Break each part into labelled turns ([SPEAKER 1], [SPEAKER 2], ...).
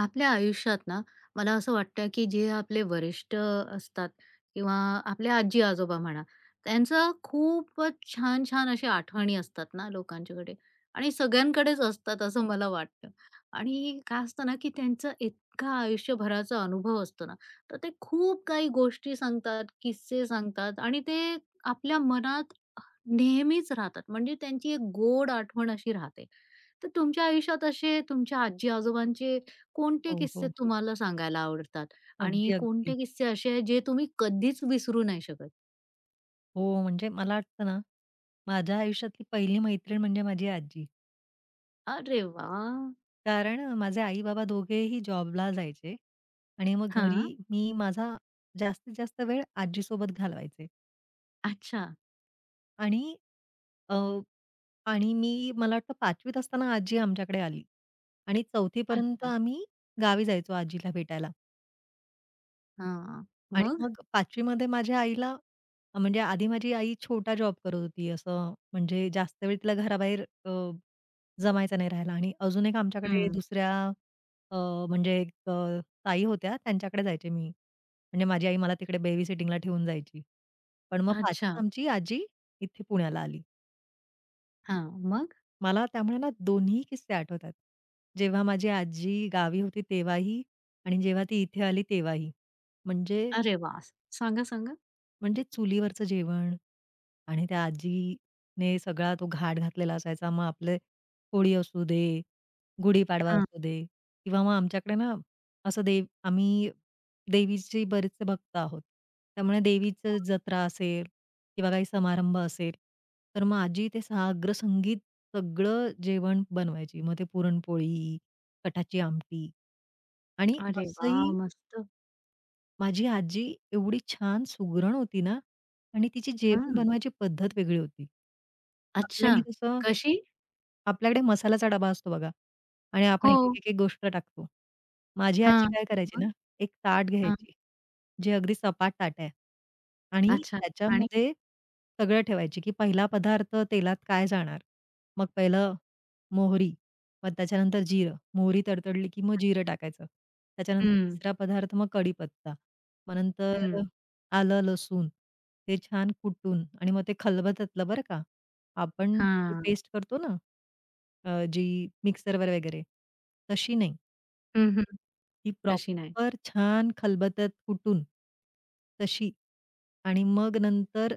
[SPEAKER 1] आपल्या आयुष्यात ना, मला असं वाटतं, की जे आपले वरिष्ठ असतात किंवा आपले आजी-आजोबा म्हणा, त्यांचं खूपच छान-छान अशा आठवणी असतात ना लोकांच्याकडे आणि सगळ्यांकडेच असतात असं मला वाटतं. आणि काय असतं ना, की त्यांचं इतका आयुष्यभराचा अनुभव असतो ना, तर ते खूप काही गोष्टी सांगतात, किस्से सांगतात आणि ते आपल्या मनात नेहमीच राहतात. म्हणजे त्यांची एक गोड आठवण अशी राहते. तर तुमच्या आयुष्यात असे तुमच्या आजी-आजोबांचे कोणते
[SPEAKER 2] हो,
[SPEAKER 1] किस्से
[SPEAKER 2] हो, हो.
[SPEAKER 1] तुम्हाला सांगायला आवडतात? आणि
[SPEAKER 2] अगदी, अगदी.
[SPEAKER 1] कोणते किस्से असे आहेत जे तुम्ही कधीच विसरू नाही शकत?
[SPEAKER 2] हो, म्हणजे मला वाटतं ना, माझ्या आयुष्यातली पहिली मैत्रीण म्हणजे माझी आजी.
[SPEAKER 1] अरे वा,
[SPEAKER 2] कारण माझे आई-बाबा दोघेही जॉबला जायचे आणि मग घरी
[SPEAKER 1] हां.
[SPEAKER 2] मी जास्तीत जास्त वेळ आजीसोबत घालवायचे
[SPEAKER 1] अच्छा,
[SPEAKER 2] आणि अ, आणि मी मला वाटतं 5वी असताना आजी आमच्याकडे आली आणि 4थी
[SPEAKER 1] अच्छा.
[SPEAKER 2] आम्ही गावी जायचो आजीला भेटायला.
[SPEAKER 1] हां.
[SPEAKER 2] आणि
[SPEAKER 1] मग?
[SPEAKER 2] मग 5वी मध्ये माझ्या आईला म्हणजे आधी माझी आई छोटा जॉब करत होती. असं म्हणजे जास्त वेळ तिला घराबाहेर जमायचं नाही राहायला आणि अजून एक आमच्याकडे
[SPEAKER 1] हं.
[SPEAKER 2] दुसऱ्या अ, म्हणजे एक ताई होत्या त्यांच्याकडे जायचे मी. म्हणजे माझी आई मला तिकडे बेबी सिटिंगला ठेवून जायची. पण मग 5वीत
[SPEAKER 1] अच्छा.
[SPEAKER 2] आमची आजी इथे पुण्याला आली.
[SPEAKER 1] हां. मग?
[SPEAKER 2] मला त्यामुळे ना दोन्ही किस्से आठवतात. जेव्हा माझी आजी गावी होती तेव्हाही आणि जेव्हा ती इथे आली तेव्हाही. म्हणजे
[SPEAKER 1] अरे वाह! सांगा, सांगा.
[SPEAKER 2] म्हणजे चुलीवरचं जेवण आणि त्या आजीने सगळा तो घाट घातलेला असायचा. मग आपले होळी असू दे, गुढीपाडवा
[SPEAKER 1] हां.
[SPEAKER 2] असू दे किंवा मग आमच्याकडे ना असं देव आम्ही देवीचे बरेचसे भक्त आहोत. त्यामुळे देवीचं जत्रा असेल किंवा काही समारंभ असेल, तर मग आजी ते साग्र संगीत सगळं जेवण बनवायची. मग ते पुरणपोळी, कटाची आमटी आणि
[SPEAKER 1] अरे वाह!
[SPEAKER 2] असंही
[SPEAKER 1] मस्त.
[SPEAKER 2] माझी आजी एवढी छान सुगरण होती ना आणि तिची जेवण
[SPEAKER 1] हां.
[SPEAKER 2] बनवायची पद्धत वेगळी होती.
[SPEAKER 1] अच्छा.
[SPEAKER 2] आपल्याकडे कसं
[SPEAKER 1] कशी?
[SPEAKER 2] आपल्याकडे मसाल्याचा डबा असतो बघा आणि आपण
[SPEAKER 1] हो.
[SPEAKER 2] एक, एक, एक, एक गोष्ट टाकतो. माझी आजी
[SPEAKER 1] हां.
[SPEAKER 2] काय करायची
[SPEAKER 1] मग?
[SPEAKER 2] ना, एक ताट
[SPEAKER 1] हां.
[SPEAKER 2] घ्यायची, जे अगदी सपाट ताट आहे आणि
[SPEAKER 1] अच्छा. आणि?
[SPEAKER 2] त्याच्यामध्ये सगळं ठेवायची, की पहिला पदार्थ तेलात काय जाणार? मग पहिलं मोहरी, मग त्याच्यानंतर जिरं. मोहरी तडतडली, की मग जिरं टाकायचं. त्याच्यानंतर
[SPEAKER 1] हं,
[SPEAKER 2] तिसरा पदार्थ मग कढीपत्ता. मग नंतर
[SPEAKER 1] हं.
[SPEAKER 2] आलं, लसूण ते छान कुटून आणि मग ते खलबतातलं बरं का. आपण जी
[SPEAKER 1] हां.
[SPEAKER 2] पेस्ट करतो ना जी मिक्सरवर वगैरे. तशी नाही.
[SPEAKER 1] हं, हं.
[SPEAKER 2] ती
[SPEAKER 1] तशी नाही.
[SPEAKER 2] प्रॉपर छान खलबत्त्यात कुटून तशी आणि मग नंतर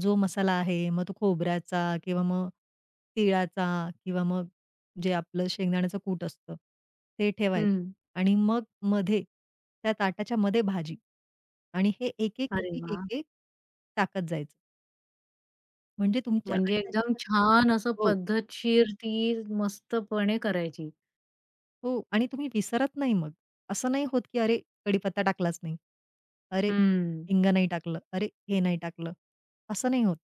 [SPEAKER 2] जो मसाला आहे, मग तो खोबऱ्याचा किंवा मग तिळाचा किंवा मग जे आपलं शेंगदाण्याचं कूट असतं, ते
[SPEAKER 1] हं.
[SPEAKER 2] ठेवायचं आणि मग मध्ये त्या ताटाच्या मध्ये भाजी आणि हे एक-एक,
[SPEAKER 1] अरे
[SPEAKER 2] एक-एक,
[SPEAKER 1] वाह!
[SPEAKER 2] एक-एक टाकत जायचं. म्हणजे तुमच्या
[SPEAKER 1] म्हणजे
[SPEAKER 2] आणि
[SPEAKER 1] एकदम
[SPEAKER 2] त्याच्यामध्ये
[SPEAKER 1] छान असं
[SPEAKER 2] हो.
[SPEAKER 1] पद्धतशीर ती मस्तपणे करायची.
[SPEAKER 2] हो आणि तुम्ही विसरत नाही मग. असं नाही होत, की "अरे, कडीपत्ता टाकलाच नाही. अरे,
[SPEAKER 1] हं.
[SPEAKER 2] हिंग नाही टाकलं. अरे, हे नाही टाकलं." असं नाही होत.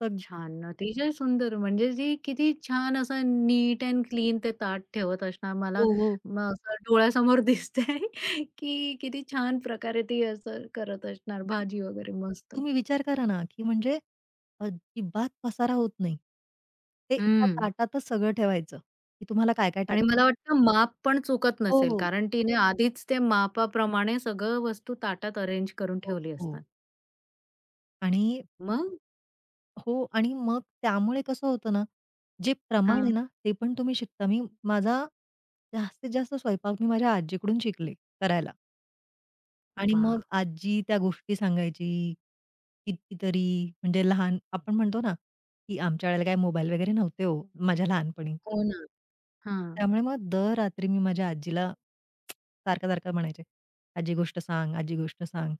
[SPEAKER 2] सग
[SPEAKER 1] छान. अतिशय सुंदर. म्हणजे ती किती छान असं नीट अँड क्लीन ते ताट ठेवत असणार. मला
[SPEAKER 2] हो, हो.
[SPEAKER 1] मग असं डोळ्यासमोर दिसतंय की किती छान प्रकारे ती असं करत असणार
[SPEAKER 2] आणि
[SPEAKER 1] भाजी वगैरे मस्त.
[SPEAKER 2] तुम्ही विचार करा ना, की म्हणजे अजिबात पसारा होत नाही. ते एका
[SPEAKER 1] हं.
[SPEAKER 2] ताटातच सगळं ठेवायचं, की तुम्हाला काय-काय
[SPEAKER 1] आणि
[SPEAKER 2] टाकायचं.
[SPEAKER 1] मला वाटतं माप पण चुकत
[SPEAKER 2] हो,
[SPEAKER 1] नसेल
[SPEAKER 2] हो.
[SPEAKER 1] कारण तिने आधीच ते मापाप्रमाणे सगळं वस्तू ताटात अरेंज करून
[SPEAKER 2] हो,
[SPEAKER 1] ठेवली
[SPEAKER 2] हो.
[SPEAKER 1] असणार.
[SPEAKER 2] आणि
[SPEAKER 1] मग?
[SPEAKER 2] हो आणि मग त्यामुळे कसं होतं ना, जे प्रमाण आहे
[SPEAKER 1] हां.
[SPEAKER 2] ना, ते पण तुम्ही शिकता. माझा जास्तीत जास्त स्वयंपाक मी माझ्या आजीकडून शिकले करायला. आणि मग
[SPEAKER 1] वाह!
[SPEAKER 2] आजी त्या गोष्टी सांगायची. कितीतरी म्हणजे लहान आपण म्हणतो ना, की आमच्या वेळेला काय मोबाईल वगैरे नव्हते हो माझ्या लहानपणी.
[SPEAKER 1] हो ना. हां.
[SPEAKER 2] त्यामुळे मग दर रात्री मी माझ्या आजीला सारखं-सारखं म्हणायचे, "आजी गोष्ट सांग, आजी गोष्ट सांग."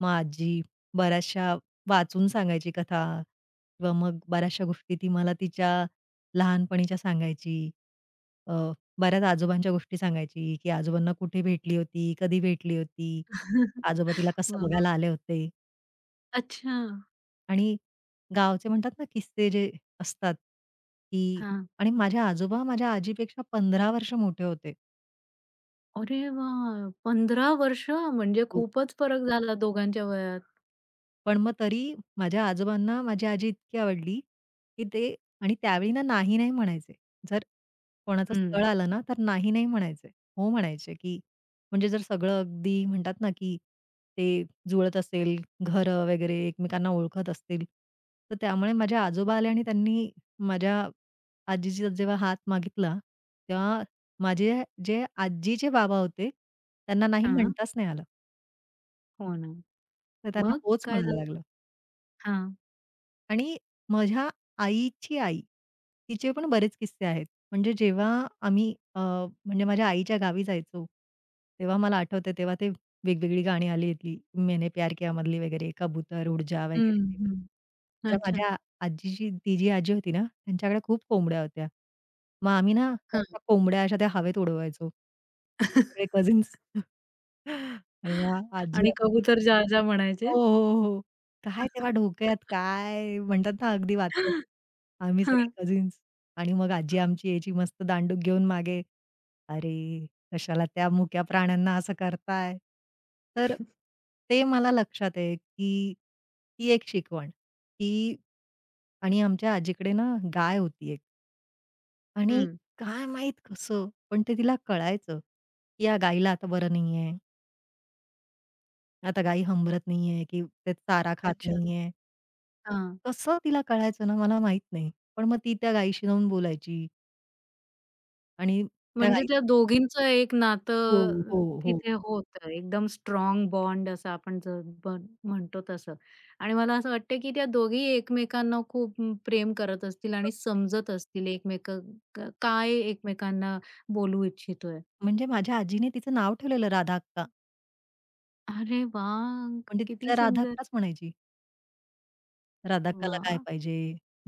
[SPEAKER 2] मग आजी बऱ्याचशा वाचून सांगायची कथा किंवा मग बऱ्याचशा गोष्टी ती मला तिच्या लहानपणीच्या सांगायची. अ, बऱ्याच आजोबांच्या गोष्टी सांगायची, की आजोबांना कुठे भेटली होती, कधी भेटली होती, आजोबा तिला कसं
[SPEAKER 1] वाह!
[SPEAKER 2] बघायला आले होते
[SPEAKER 1] अच्छा.
[SPEAKER 2] आणि गावचे म्हणतात ना किस्से जे असतात, की
[SPEAKER 1] हां.
[SPEAKER 2] आणि माझे आजोबा माझ्या आजीपेक्षा 15 वर्ष मोठे होते.
[SPEAKER 1] अरे वाह! 15 वर्ष म्हणजे
[SPEAKER 2] हो.
[SPEAKER 1] खूपच फरक झाला दोघांच्या वयात.
[SPEAKER 2] पण मग तरी माझ्या आजोबांना माझी आजी इतकी आवडली, की ते आणि त्यावेळी ना नाही-नाही म्हणायचे. जर कोणाचं स्थळ
[SPEAKER 1] हं.
[SPEAKER 2] आलं ना, तर नाही नाही म्हणायचे. हो म्हणायचे, की म्हणजे जर सगळं अगदी म्हणतात ना, की ते जुळत असेल, घरं वगैरे एकमेकांना ओळखत असतील, तर त्यामुळे माझे आजोबा आले आणि त्यांनी माझ्या आजीचा जेव्हा हात मागितला, तेव्हा माझे जे आजीचे बाबा होते, त्यांना नाही
[SPEAKER 1] हां.
[SPEAKER 2] म्हणताच नाही आलं.
[SPEAKER 1] हो ना.
[SPEAKER 2] तर त्यांना
[SPEAKER 1] मग
[SPEAKER 2] होच
[SPEAKER 1] काय
[SPEAKER 2] म्हणायला
[SPEAKER 1] झालं?
[SPEAKER 2] लागलं.
[SPEAKER 1] हां.
[SPEAKER 2] आणि माझ्या आईची आई, तिचे पण बरेच किस्से आहेत. म्हणजे जेव्हा आम्ही म्हणजे माझ्या आईच्या गावी जायचो, तेव्हा मला आठवतंय तेव्हा ते वेगवेगळी गाणी आली होती. मैंने प्यार किया मधली वगैरे, कबूतर, उड जा
[SPEAKER 1] हं,
[SPEAKER 2] वगैरे ते.
[SPEAKER 1] हं.
[SPEAKER 2] तर
[SPEAKER 1] अच्छा.
[SPEAKER 2] माझ्या आजीची ती जी आजी होती ना, त्यांच्याकडे खूप कोंबड्या होत्या. मग आम्ही ना
[SPEAKER 1] हां.
[SPEAKER 2] त्या कोंबड्या अशा त्या हवेत उडवायचो. सगळे कझिन्स आणि मग आजी
[SPEAKER 1] आणि कबूतर जा जा
[SPEAKER 2] हो,
[SPEAKER 1] म्हणायचे.
[SPEAKER 2] हो, हो. हो. काय तेव्हा डोक्यात काय म्हणतात ना अगदी वात्रट. आम्ही सगळे
[SPEAKER 1] हां.
[SPEAKER 2] कझिन्स आणि मग आजी आमची यायची मस्त दांडूक घेऊन मागे, "अरे, कशाला त्या मुक्या प्राण्यांना असं करताय?" तर ते मला लक्षात आहे, की ती एक शिकवण, की आणि आमच्या आजीकडे ना गाय होती एक आणि
[SPEAKER 1] हं.
[SPEAKER 2] काय माहीत कसं, पण ते तिला कळायचं, की या गाईला आता बरं नाहीये. आता गाई हंबरत नाहीये, की ते चारा खात
[SPEAKER 1] अच्छा.
[SPEAKER 2] नाहीये.
[SPEAKER 1] हां.
[SPEAKER 2] कसं तिला कळायचं ना मला माहीत नाही. पण मग ती त्या गाईशी जाऊन बोलायची आणि त्या
[SPEAKER 1] म्हणजे
[SPEAKER 2] हं.
[SPEAKER 1] त्या दोघींचं एक
[SPEAKER 2] हो,
[SPEAKER 1] नातं
[SPEAKER 2] हो, हो.
[SPEAKER 1] तिथे होतं. एकदम स्ट्राँग बॉन्ड असं आपण जर बन म्हणतो तसं. आणि मला असं वाटतं, की त्या दोघी एकमेकांना खूप प्रेम करत असतील आणि
[SPEAKER 2] अगदी.
[SPEAKER 1] समजत असतील एकमेक क काय एकमेकांना बोलू इच्छितोय.
[SPEAKER 2] म्हणजे माझ्या आजीने तिचं नाव ठेवलेलं राधा अक्का.
[SPEAKER 1] अरे वाह!
[SPEAKER 2] म्हणजे
[SPEAKER 1] किती
[SPEAKER 2] तिला राधा
[SPEAKER 1] सुंदर.
[SPEAKER 2] अक्काच म्हणायची. राधा अक्काला काय
[SPEAKER 1] वाह!
[SPEAKER 2] पाहिजे?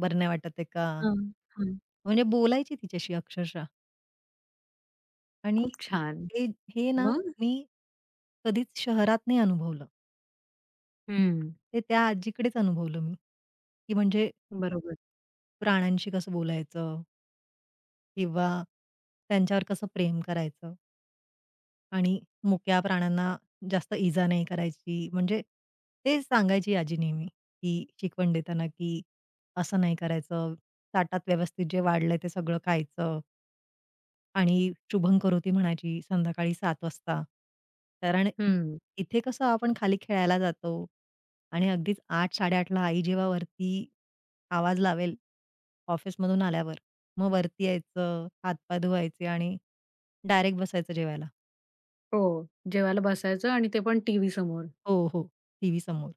[SPEAKER 2] बरं वाटत आहे का?
[SPEAKER 1] हां, हां.
[SPEAKER 2] म्हणजे बोलायची तिच्याशी अक्षरशः आणि
[SPEAKER 1] खूप छान.
[SPEAKER 2] हे हे ना
[SPEAKER 1] मग?
[SPEAKER 2] मी कधीच शहरात नाही अनुभवलं.
[SPEAKER 1] हं.
[SPEAKER 2] ते त्या आजीकडेच अनुभवलं मी. की म्हणजे
[SPEAKER 1] बरोबर.
[SPEAKER 2] प्राण्यांशी कसं बोलायचं किंवा त्यांच्यावर कसं प्रेम करायचं. आणि मुक्या प्राण्यांना जास्त इजा नाही करायची. म्हणजे ते सांगायची आजी नेहमी, की शिकवण देताना, की असं नाही करायचं. ताटात व्यवस्थित जे वाढलंय ते सगळं खायचं आणि शुभं करोती म्हणायची संध्याकाळी सात वाजता. कारण
[SPEAKER 1] हं.
[SPEAKER 2] इथे कसं आपण खाली खेळायला जातो आणि अगदीच 8:00-8:30 आई जेव्हा वरती आवाज लावेल ऑफिसमधून आल्यावर, मग वरती यायचं, हातपाय धुवायचे आणि डायरेक्ट बसायचं जेवायला.
[SPEAKER 1] हो. जेवायला बसायचं आणि ते पण टीव्ही समोर.
[SPEAKER 2] हो, हो. टीव्ही समोर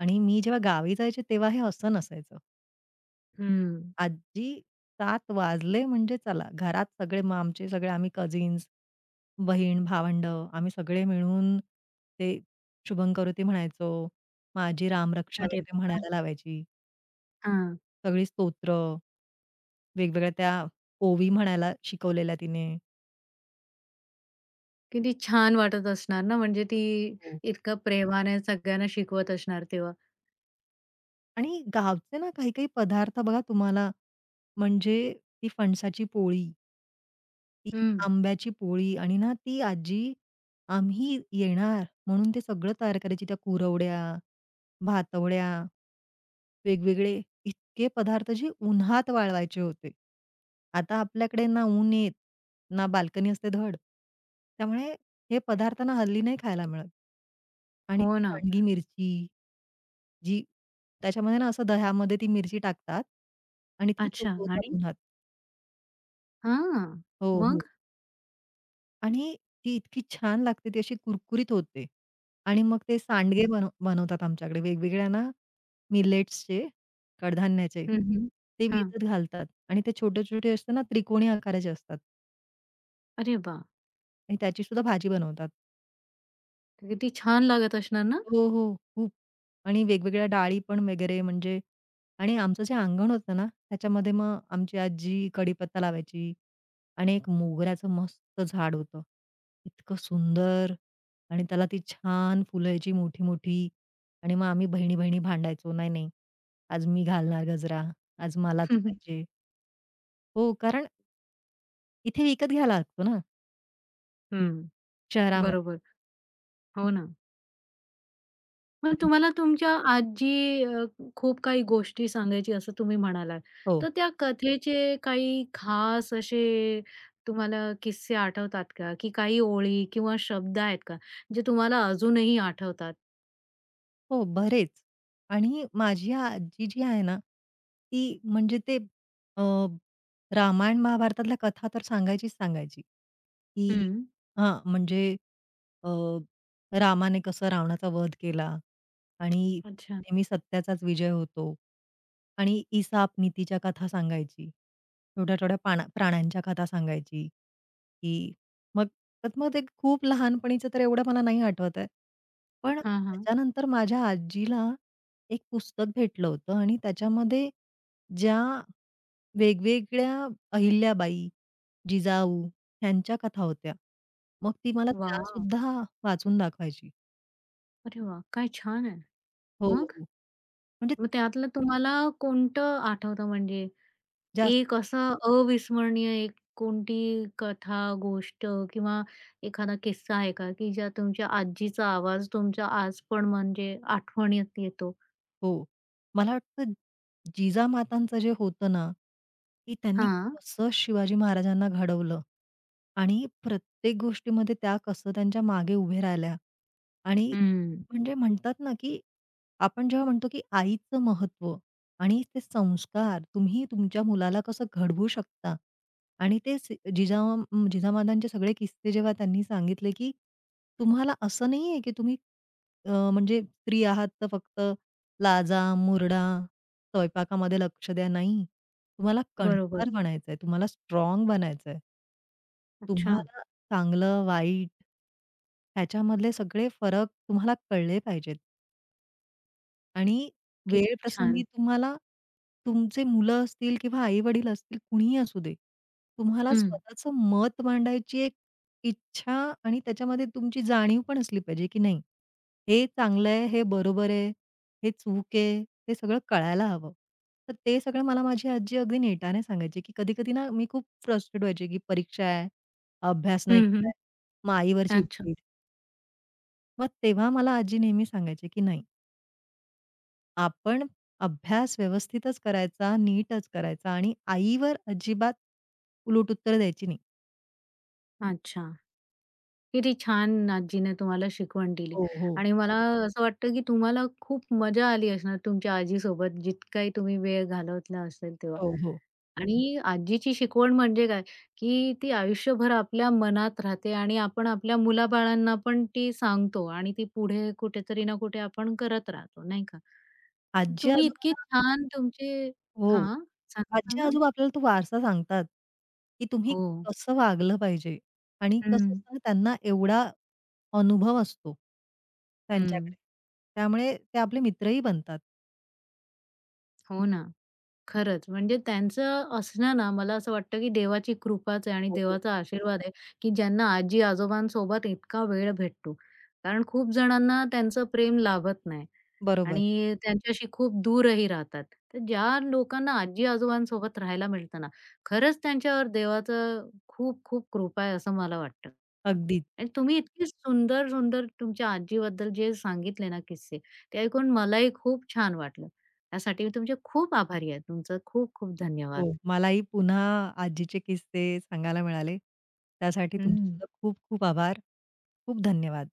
[SPEAKER 2] आणि मी जेव्हा गावी जायचे तेव्हा हे असं नसायचं.
[SPEAKER 1] हं.
[SPEAKER 2] आजी 7:00 वाजले म्हणजे चला घरात सगळे मग आमचे सगळे आम्ही कझिन्स, बहीण-भावंडं आम्ही सगळे मिळून ते शुभंकरोती म्हणायचो. मग आजी रामरक्षा
[SPEAKER 1] अरे
[SPEAKER 2] वगैरे
[SPEAKER 1] वाह!
[SPEAKER 2] म्हणायला लावायची.
[SPEAKER 1] हां.
[SPEAKER 2] सगळी स्तोत्र, वेगवेगळ्या त्या ओवी म्हणायला शिकवलेल्या तिने
[SPEAKER 1] किती छान वाटत असणार ना, म्हणजे ती
[SPEAKER 2] हो.
[SPEAKER 1] इतकं प्रेमाने सगळ्यांना शिकवत असणार तेव्हा.
[SPEAKER 2] आणि गावचे ना काही-काही पदार्थ बघा तुम्हाला म्हणजे ती फणसाची पोळी. ती
[SPEAKER 1] हं,
[SPEAKER 2] आंब्याची पोळी आणि ना ती आजी, आम्ही येणार म्हणून ते सगळं तयार करायची. त्या कुरवड्या, भातवड्या, वेगवेगळे इतके पदार्थ जे उन्हात वाळवायचे होते. आता आपल्याकडे ना ऊन येत, ना बाल्कनी असते धड. त्यामुळे हे पदार्थ ना हल्ली नाही खायला मिळत. आणि ती
[SPEAKER 1] हो ना.
[SPEAKER 2] सांडगी मिरची जी त्याच्यामध्ये ना असं दह्यामध्ये ती मिरची टाकतात आणि ती
[SPEAKER 1] अच्छा
[SPEAKER 2] सुकवतात
[SPEAKER 1] आणि?
[SPEAKER 2] उन्हात.
[SPEAKER 1] हां,
[SPEAKER 2] हो, हो.
[SPEAKER 1] मग?
[SPEAKER 2] आणि ती इतकी छान लागते, ती अशी कुरकुरीत होते. आणि मग ते सांडगे बनवतात आमच्याकडे वेगवेगळ्या ना मिलेट्सचे, कडधान्याचे.
[SPEAKER 1] हं, हं.
[SPEAKER 2] ते
[SPEAKER 1] हां.
[SPEAKER 2] विकत घालतात आणि ते छोटे-छोटे असतात ना त्रिकोणी आकाराचे असतात
[SPEAKER 1] अरे वाह!
[SPEAKER 2] आणि त्याची सुद्धा भाजी बनवतात.
[SPEAKER 1] किती छान लागत असणार ना?
[SPEAKER 2] हो, हो. खूप आणि वेगवेगळ्या डाळी पण वगैरे म्हणजे आणि आमचं जे अंगण होतं ना, त्याच्यामध्ये मग आमची आजी कडीपत्ता लावायची. आणि एक मोगऱ्याचं मस्त झाड होतं. इतकं सुंदर आणि त्याला ती छान फुलं यायची मोठी-मोठी आणि मग आम्ही बहिणी-बहिणी भांडायचो, "नाही-नाही, आज मी घालणार गजरा, आज मलाच पाहिजे." हो, कारण इथे विकत घ्यायला लागतो ना
[SPEAKER 1] हं,
[SPEAKER 2] शहरामध्ये.
[SPEAKER 1] बरोबर. हो ना. मग तुम्हाला तुमच्या आजी खूप काही गोष्टी सांगायची असं तुम्ही म्हणालात.
[SPEAKER 2] हो.
[SPEAKER 1] तर त्या कथेचे काही खास असे तुम्हाला किस्से आठवतात का? की काही ओळी किंवा शब्द आहेत का, जे तुम्हाला अजूनही आठवतात?
[SPEAKER 2] हो, बरेच. आणि माझी आजी जी आहे ना, ती म्हणजे ते अ, रामायण महाभारतातल्या कथा तर सांगायचीच सांगायची. की
[SPEAKER 1] हं.
[SPEAKER 2] हां, म्हणजे अ, रामाने कसं रावणाचा वध केला आणि
[SPEAKER 1] अच्छा.
[SPEAKER 2] नेहमी सत्याचाच विजय होतो. आणि इसाप नीतीच्या कथा सांगायची. छोट्या-छोट्या पाना प्राण्यांच्या कथा सांगायची, की मग तर मग ते खूप लहानपणीचं तर एवढं मला नाही आठवत आहे. पण
[SPEAKER 1] हां, हां.
[SPEAKER 2] त्याच्यानंतर माझ्या आजीला एक पुस्तक भेटलं होतं आणि त्याच्यामध्ये ज्या वेगवेगळ्या अहिल्याबाई, जिजाऊ ह्यांच्या कथा होत्या. मग ती मला त्या
[SPEAKER 1] वाह!
[SPEAKER 2] सुद्धा वाचून दाखवायची.
[SPEAKER 1] अरे वाह! काय छान आहे.
[SPEAKER 2] हो,
[SPEAKER 1] मग?
[SPEAKER 2] हो. म्हणजे
[SPEAKER 1] मग त्यातलं तुम्हाला कोणतं आठवतं म्हणजे
[SPEAKER 2] जास्त
[SPEAKER 1] एक असं अविस्मरणीय एक कोणती कथा, गोष्ट किंवा एखादा किस्सा आहे का, की ज्या तुमच्या आजीचा आवाज तुमच्या आज पण म्हणजे आठवणीत येतो?
[SPEAKER 2] हो. मला वाटतं जिजामातांचं जे होतं ना, की त्यांनी
[SPEAKER 1] हां.
[SPEAKER 2] कसं शिवाजी महाराजांना घडवलं आणि प्रत्येक गोष्टीमध्ये त्या कसं त्यांच्या मागे उभे राहिल्या आणि
[SPEAKER 1] हं.
[SPEAKER 2] म्हणजे म्हणतात ना, की आपण जेव्हा म्हणतो, की आईचं महत्व आणि ते संस्कार तुम्ही तुमच्या मुलाला कसं घडवू शकता आणि ते स जिजामातांचे सगळे किस्से जेव्हा त्यांनी सांगितले, की तुम्हाला असं नाहीये, की तुम्ही म्हणजे स्त्री आहात तर फक्त लाजा, मुरडा, स्वयंपाकामध्ये लक्ष द्या. नाही. तुम्हाला
[SPEAKER 1] बरोबर.
[SPEAKER 2] कणकार बनायचंय, तुम्हाला स्ट्राँग बनायचंय.
[SPEAKER 1] अच्छा.
[SPEAKER 2] तुम्हाला चांगलं, वाईट ह्याच्यामधले सगळे फरक तुम्हाला कळले पाहिजेत. आणि वेळ
[SPEAKER 1] किती
[SPEAKER 2] प्रसंगी
[SPEAKER 1] छान.
[SPEAKER 2] तुम्हाला तुमचे मुलं असतील किंवा आई-वडील असतील, कुणीही असू दे. तुम्हाला
[SPEAKER 1] हं.
[SPEAKER 2] स्वतःचं मत मांडायची एक इच्छा आणि त्याच्यामध्ये तुमची जाणीव पण असली पाहिजे, की नाही हे चांगलं आहे, हे बरोबर आहे, हे चूक आहे, ते सगळं कळायला हवं. तर ते सगळं मला माझी आजी अगदी नेटाने सांगायची, की कधी-कधी ना मी खूप फ्रस्ट्रेट व्हायचे, की परीक्षा आहे, अभ्यास नाही
[SPEAKER 1] हं, हं.
[SPEAKER 2] केलाय, मग आईवर
[SPEAKER 1] अच्छा,
[SPEAKER 2] चिडचिड. मग तेव्हा मला आजी नेहमी सांगायची, की नाही आपण अभ्यास व्यवस्थितच करायचा, नीटच करायचा आणि आईवर अजिबात उलटउत्तरं द्यायची नाही.
[SPEAKER 1] अच्छा. किती छान आजीने तुम्हाला शिकवण दिली
[SPEAKER 2] हो, हो.
[SPEAKER 1] आणि मला हो. असं वाटतं की तुम्हाला खूप मजा आली असणार तुमच्या आजीसोबत जितकाही तुम्ही वेळ घालवला असेल तेव्हा.
[SPEAKER 2] हो, हो.
[SPEAKER 1] आणि आजीची शिकवण म्हणजे काय, की ती आयुष्यभर आपल्या मनात राहते आणि आपण आपल्या मुलाबाळांना पण ती सांगतो आणि ती पुढे कुठेतरी ना कुठे आपण करत राहतो, नाही का? तुम्ही इतकी
[SPEAKER 2] आजी-आजोबांना
[SPEAKER 1] छान तुमचे
[SPEAKER 2] हो.
[SPEAKER 1] हां, सांगा, सांगा.
[SPEAKER 2] आजी-आजोबा आपल्याला तो वारसा सांगतात, की तुम्ही
[SPEAKER 1] हो.
[SPEAKER 2] कसं वागलं पाहिजे आणि
[SPEAKER 1] हं,
[SPEAKER 2] कसं असतं ना त्यांना एवढा अनुभव असतो
[SPEAKER 1] हं.
[SPEAKER 2] त्यांच्याकडे. त्यामुळे ते आपले मित्रही बनतात.
[SPEAKER 1] हो ना. खरंच. म्हणजे त्यांचं असणं ना, मला असं वाटतं, की देवाची कृपाच आहे आणि
[SPEAKER 2] हो, हो.
[SPEAKER 1] देवाचा आशीर्वाद आहे, की ज्यांना आजी-आजोबांसोबत इतका वेळ भेटतो. कारण खूप जणांना त्यांचं प्रेम लाभत नाही
[SPEAKER 2] बरोबर.
[SPEAKER 1] आणि त्यांच्याशी खूप दूरही राहतात. तर ज्या लोकांना आजी-आजोबांसोबत राहायला मिळतं ना, खरंच त्यांच्यावर देवाचं खूप खूप कृपा आहे असं मला वाटतं.
[SPEAKER 2] अगदीच.
[SPEAKER 1] आणि तुम्ही इतकी सुंदर, सुंदर तुमच्या आजीबद्दल जे सांगितले ना किस्से, ते ऐकून मलाही खूप छान वाटलं. त्यासाठी मी तुमचे खूप आभारी आहे. तुमचं खूप खूप
[SPEAKER 2] हो,
[SPEAKER 1] धन्यवाद.
[SPEAKER 2] मलाही पुन्हा आजीचे किस्से सांगायला मिळाले. त्यासाठी तुमचे
[SPEAKER 1] हं.
[SPEAKER 2] सुद्धा खूप खूप आभार. खूप धन्यवाद.